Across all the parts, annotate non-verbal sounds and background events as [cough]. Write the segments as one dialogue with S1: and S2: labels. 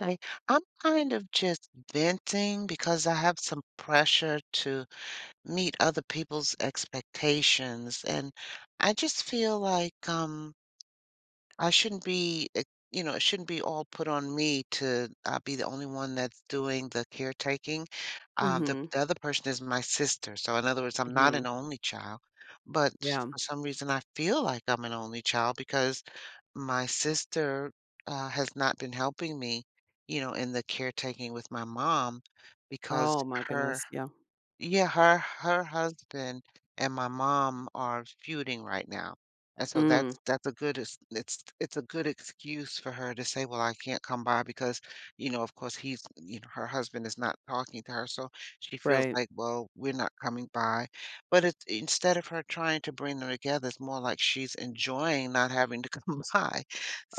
S1: Okay, I'm kind of just venting because I have some pressure to meet other people's expectations, and I just feel like I shouldn't be, it shouldn't be all put on me to be the only one that's doing the caretaking. Uh, the,
S2: Mhm,
S1: the other person is my sister, so in other words, I'm not
S2: mhm,
S1: an only child, but
S2: yeah.
S1: for some reason I feel like I'm an only child because my sister has not been helping me, in the caretaking with my mom, because
S2: Oh my
S1: her
S2: goodness, yeah.
S1: yeah, her husband and my mom are feuding right now. And so
S2: Mm,
S1: that's a good ex- it's a good excuse for her to say, well, I can't come by because, of course her husband is not talking to her. So she feels
S2: right.
S1: like, well, we're not coming by. But it's instead of her trying to bring them together, it's more like she's enjoying not having to come [laughs] by.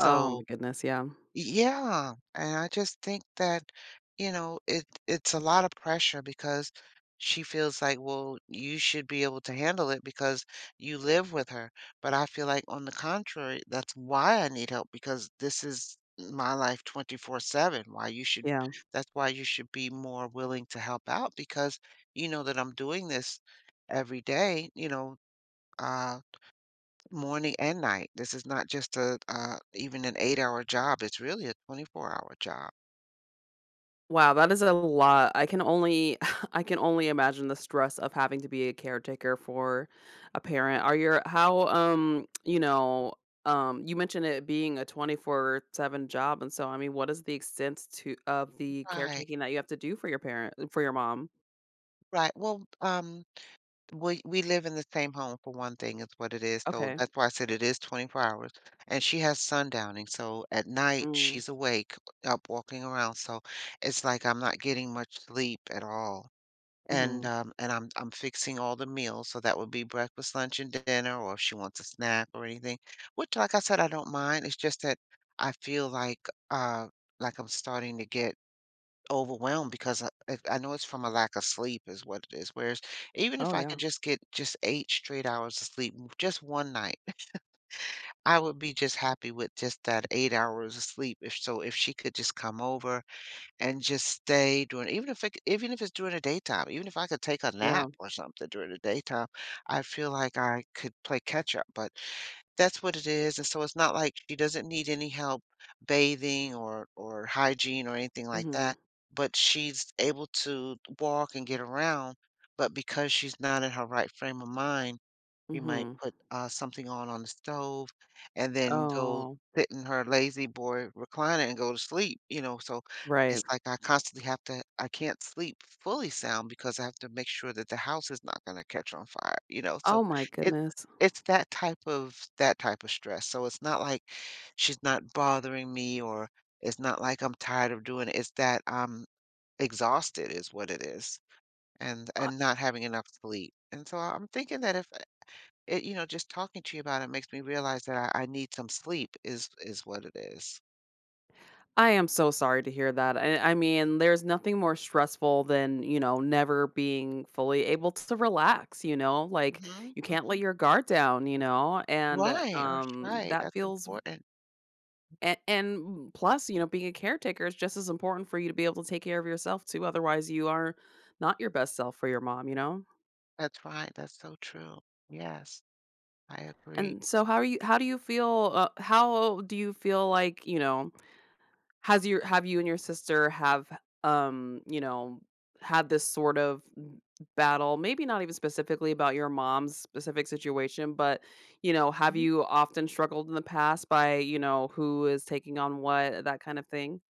S2: Oh my goodness, yeah,
S1: yeah, and I just think that, it's a lot of pressure because she feels like, well, you should be able to handle it because you live with her. But I feel like on the contrary, that's why I need help because this is my life 24/7.
S2: yeah.
S1: That's why you should be more willing to help out because you know that I'm doing this every day, uh morning and night. This is not just even an 8-hour job, it's really a 24-hour job.
S2: Wow, that is a lot. I can only [laughs] I can only imagine the stress of having to be a caretaker for a parent. Are your how, you know, You mentioned it being a 24/7 job, and so, I mean, what is the extent to of the
S1: Right,
S2: caretaking that you have to do for your mom?
S1: right. Well, we live in the same home for one thing is what it is, so
S2: Okay.
S1: that's why I said it is 24 hours, and she has sundowning, so at night,
S2: Mm,
S1: she's awake, up walking around, so it's like I'm not getting much sleep at all. And,
S2: mhm.
S1: um, and I'm fixing all the meals, so that would be breakfast, lunch, and dinner, or if she wants a snack or anything, which, like I said, I don't mind. It's just that I feel uh, like I'm starting to get overwhelmed because I if I know it's from a lack of sleep is what it is. Whereas even
S2: Oh,
S1: if I could
S2: yeah,
S1: just get just 8 straight hours of sleep, just one night, I would be just happy with just that 8 hours of sleep. If so, if she could just come over and just stay doing even if it's during the daytime, even if I could take a
S2: yeah.
S1: nap or something during the daytime, I feel like I could play catch up, but that's what it is, and so it's not like she doesn't need any help bathing or hygiene or anything like
S2: Mhm,
S1: that, but she's able to walk and get around, but because she's not in her right frame of mind, she might
S2: mhm.
S1: put, something on the stove and then go
S2: Oh,
S1: sit in her lazy boy recliner and go to sleep, so it's
S2: right.
S1: like I constantly have to I can't sleep fully sound because I have to make sure that the house is not gonna catch on fire, so
S2: Oh my
S1: it
S2: goodness.
S1: it's that type of stress, so it's not like she's not bothering me, or it's not like I'm tired of doing it, it's that I'm exhausted is what it is,
S2: I
S1: and not having enough sleep, and so I'm thinking that if it you know, just talking to you about it makes me realize that I need some sleep is what it is.
S2: I am so sorry to hear that. I mean, there's nothing more stressful than, never being fully able to relax, you know? Like,
S1: Mhm,
S2: you can't
S1: mhm.
S2: let your guard down, you know? And,
S1: Right,
S2: that
S1: that's
S2: feels
S1: important.
S2: and plus, being a caretaker is just as important for you to be able to take care of yourself too, otherwise you are not your best self for your mom, you know?
S1: That's right, that's so true. Yes, I agree.
S2: And so how are you how do you feel, how do you feel like, you know Has your have you and your sister um, you know, had this sort of battle? Maybe not even specifically about your mom's specific situation, but, have
S1: Mhm.
S2: you often struggled in the past by, who is taking on what, that kind of thing?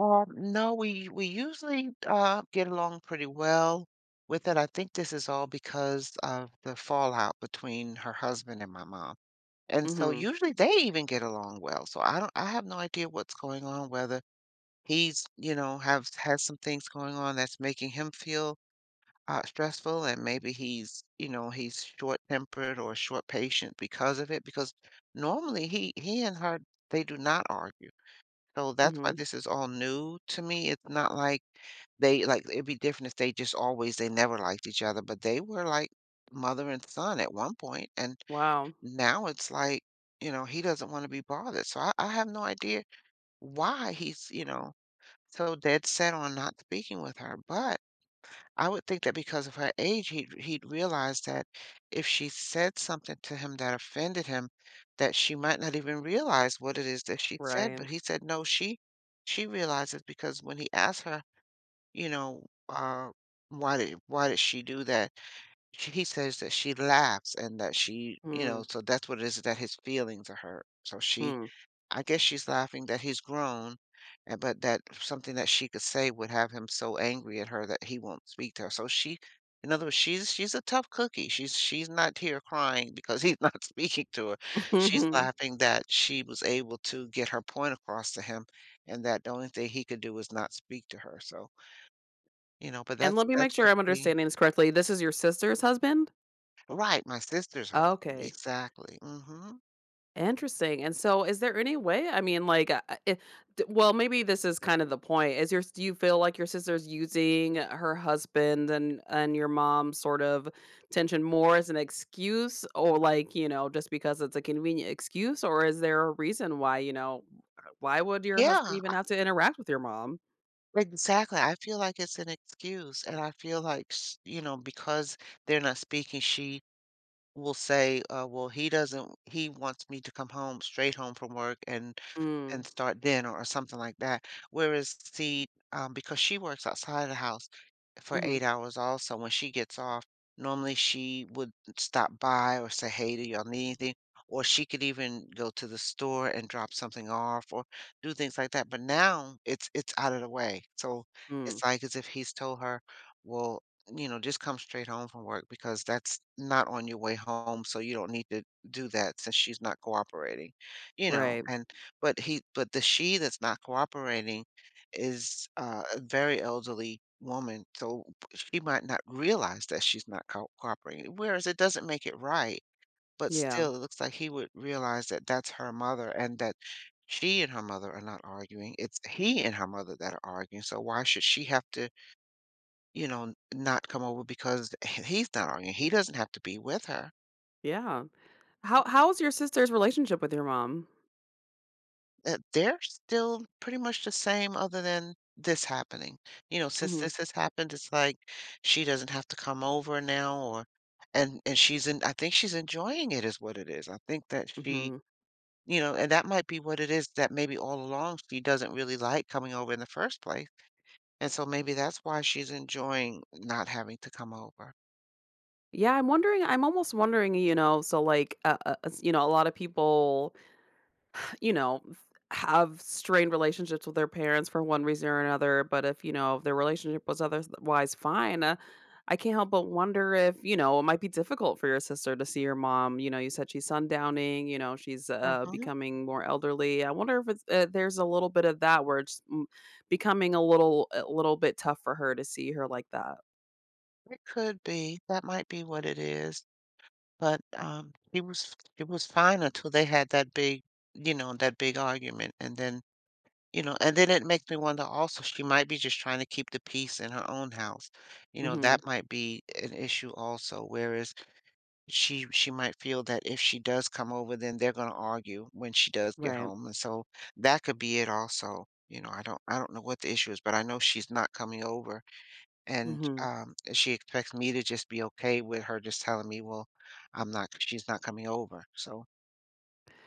S1: Um, no, we usually, get along pretty well with it. I think this is all because of the fallout between her husband and my mom, and so
S2: Mhm,
S1: usually they even get along well, so I have no idea what's going on, whether he's you know has some things going on that's making him feel stressful, and maybe he's you know he's short tempered or short patient because of it, because normally he and her, they do not argue, so that's why
S2: mhm.
S1: this is all new to me. It's not like they like it'd be different if they just always they never liked each other, but they were like mother and son at one point, and
S2: Wow.
S1: now it's like he doesn't want to be bothered, so I have no idea why he's so dead set on not speaking with her. But I would think that because of her age, he'd realize that if she said something to him that offended him, that she might not even realize what it is that she said.
S2: Right.
S1: But he said no, she realizes, because when he asked her, you know, uh, why did she do that? He says that she laughs and that
S2: Mm,
S1: so that's what it is, that his feelings are hurt. So she
S2: hmm.
S1: I guess she's laughing that he's grown, and but that something that she could say would have him so angry at her that he won't speak to her. So she in other words, she's a tough cookie. She's not here crying because he's not [laughs] speaking to her. She's
S2: [laughs]
S1: laughing that she was able to get her point across to him and that the only thing he could do is not speak to her. So, but
S2: And
S1: that's
S2: let me make
S1: that's
S2: sure I'm
S1: between
S2: understanding this correctly. This is your sister's husband?
S1: right, my sister's husband.
S2: Okay.
S1: Exactly. Mhm.
S2: Interesting, and so is there any way I mean, like, eh d well, maybe this is kind of the point. Do you feel like your sister's using her husband and your mom's sort of tension more as an excuse or, like, just because it's a convenient excuse, or is there a reason why, why would your husband
S1: Yeah.
S2: even have to interact with your mom?
S1: Exactly. I feel like it's an excuse, and I feel like because they're not speaking, she will say, "Well, he doesn't. He wants me to come home straight home from work and
S2: Mm,
S1: start dinner or something like that." Whereas, see, because she works outside of the house for
S2: mhm,
S1: 8 hours also when she gets off. Normally, she would stop by or say, "Hey, do y'all need anything?" Or she could even go to the store and drop something off or do things like that, but now it's out of the way, so
S2: mm,
S1: it's like as if he's told her, "Well, you know, just come straight home from work because that's not on your way home, so you don't need to do that since she's not cooperating." You know,
S2: right,
S1: and but he but the she that's not cooperating is a very elderly woman, so she might not realize that she's not co cooperating, whereas it doesn't make it right, but
S2: yeah,
S1: still, it looks like he would realize that that's her mother and that she and her mother are not arguing. It's he and her mother that are arguing, so why should she have to, not come over because [laughs] he's not arguing? He doesn't have to be with her.
S2: yeah. How's your sister's relationship with your mom?
S1: They're still pretty much the same other than this happening. You know, since
S2: Mhm,
S1: this has happened, it's like she doesn't have to come over now, or and she's in I think she's enjoying it is what it is. I think that
S2: mhm.
S1: and that might be what it is, that maybe all along she doesn't really like coming over in the first place. And so maybe that's why she's enjoying not having to come over.
S2: Yeah, I'm almost wondering, so, like, s a lot of people, [sighs] you know, have strained relationships with their parents for one reason or another, but if, if their relationship was otherwise fine, I can't help but wonder if, it might be difficult for your sister to see your mom. You said she's sundowning, she's,
S1: Mhm.
S2: becoming more elderly. I wonder if there's a little bit of that where it's becoming a little bit tough for her to see her like that.
S1: It could be. That might be what it is. But, he was it was fine until they had that big argument, and then, it makes me wonder also, she might be just trying to keep the peace in her own house. You know,
S2: Mhm.
S1: that might be an issue also, whereas she might feel that if she does come over, then they're gonna argue when she does get
S2: Right.
S1: home, and so that could be it also. You know, I don't know what the issue is, but I know she's not coming over, and,
S2: Mhm.
S1: she expects me to just be okay with her just telling me, "Well, I'm not she's not coming over." So,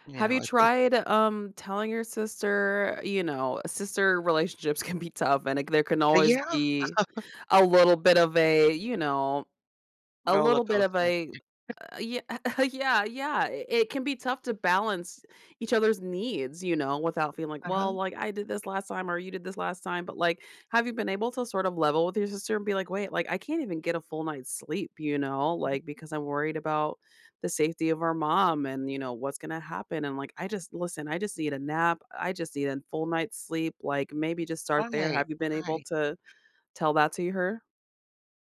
S1: you
S2: Have you
S1: know, it
S2: tried, telling your sister, sister relationships [laughs] can be tough and, like, there can always
S1: yeah,
S2: be a little bit of a, a
S1: roller
S2: little bit of
S1: coaster.
S2: a yeah, [laughs] yeah, yeah. It can be tough to balance each other's needs, without feeling like, well,
S1: Uh-huh.
S2: like I did this last time or you did this last time. But like, have you been able to sort of level with your sister and be like, wait, like I can't even get a full night's sleep, like because I'm worried about the safety of our mom and, what's going to happen? And like, I just, listen, I just need a nap. I just need a full night's sleep. Like, maybe just start there.
S1: Right,
S2: Have you been able
S1: right.
S2: to tell that to her?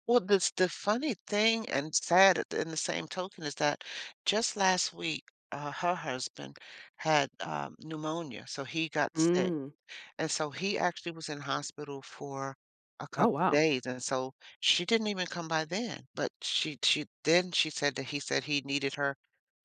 S1: Well, this the funny thing and sad at the in the same token is that just last week, her husband had, pneumonia, so he got sick.
S2: Mm.
S1: And so he actually was in hospital for a
S2: Oh,
S1: couple of
S2: wow.
S1: days, and so she didn't even come by then, but she then she said that he said he needed her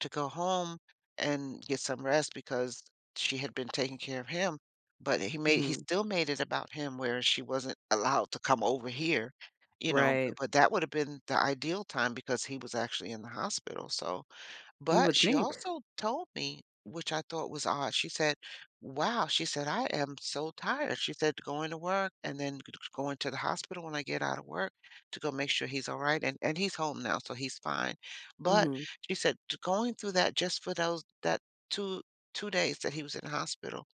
S1: to go home and get some rest because she had been taking care of him, but he
S2: Hmm.
S1: still made it about him where she wasn't allowed to come over here, you know,
S2: Right.
S1: but that would have been the ideal time because he was actually in the hospital.
S2: You
S1: But
S2: would
S1: she
S2: think.
S1: also told me, which I thought was odd, she said, "Wow," she said, "I am so tired." She said, "Going to work and then g going to the hospital when I get out of work to go make sure he's alright," and he's home now, so he's fine. But
S2: Mhm.
S1: she said, "T going through that just for those that 2 2 days that he was in the hospital,"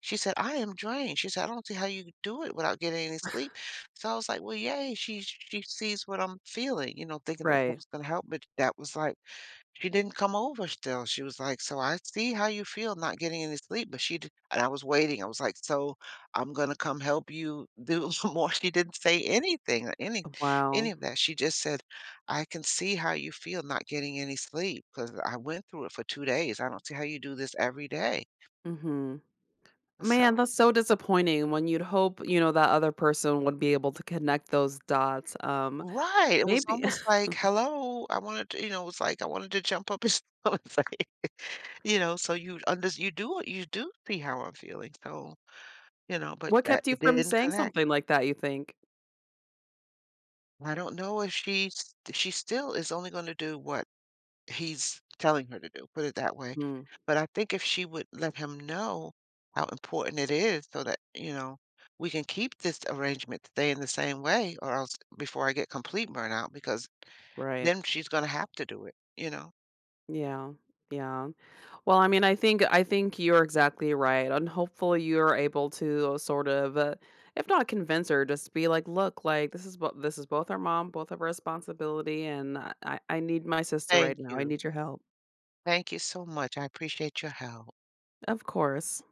S1: she said, "I am drained." She said, "I don't see how you do it without getting any sleep." So I was like, "Well, yay, she sees what I'm feeling," thinking that that
S2: Right.
S1: was gonna help, but that was like she didn't come over still. She was like, "So I see how you feel not getting any sleep," but she d and I was waiting. I was like, "So I'm gonna come help you do [laughs] some more." She didn't say anything or
S2: Oh,
S1: any
S2: wow.
S1: of that. She just said, "I can see how you feel not getting any sleep. Because I went through it for 2 days. I don't see how you do this every day."
S2: Mhm. Man,
S1: so
S2: that's so disappointing when you'd hope, that other person would be able to connect those dots.
S1: Right. It was
S2: Maybe
S1: almost
S2: [laughs]
S1: like, "Hello, I wanted to," it was like, I wanted to jump up and [laughs] it's like, so you do see how I'm feeling, so You know, but
S2: what
S1: that
S2: kept you
S1: it
S2: from
S1: didn't
S2: saying
S1: connect.
S2: something like that, you think?
S1: I don't know if she still is only gonna do what he's telling her to do, put it that way.
S2: Mm,
S1: But I think if she would let him know how important it is, so that, we can keep this arrangement stay in the same way or else before I get complete burnout, because
S2: right.
S1: then she's gonna have to do it, you know?
S2: Yeah. Yeah. Well, I mean, I think you're exactly right. And hopefully you're able to sort of if not convince her, just be like, "Look, like this is both our mom, both of our responsibility, and I need my sister right
S1: Thank
S2: now. I
S1: you.
S2: need your help."
S1: Thank you so much. I appreciate your help.
S2: Of course.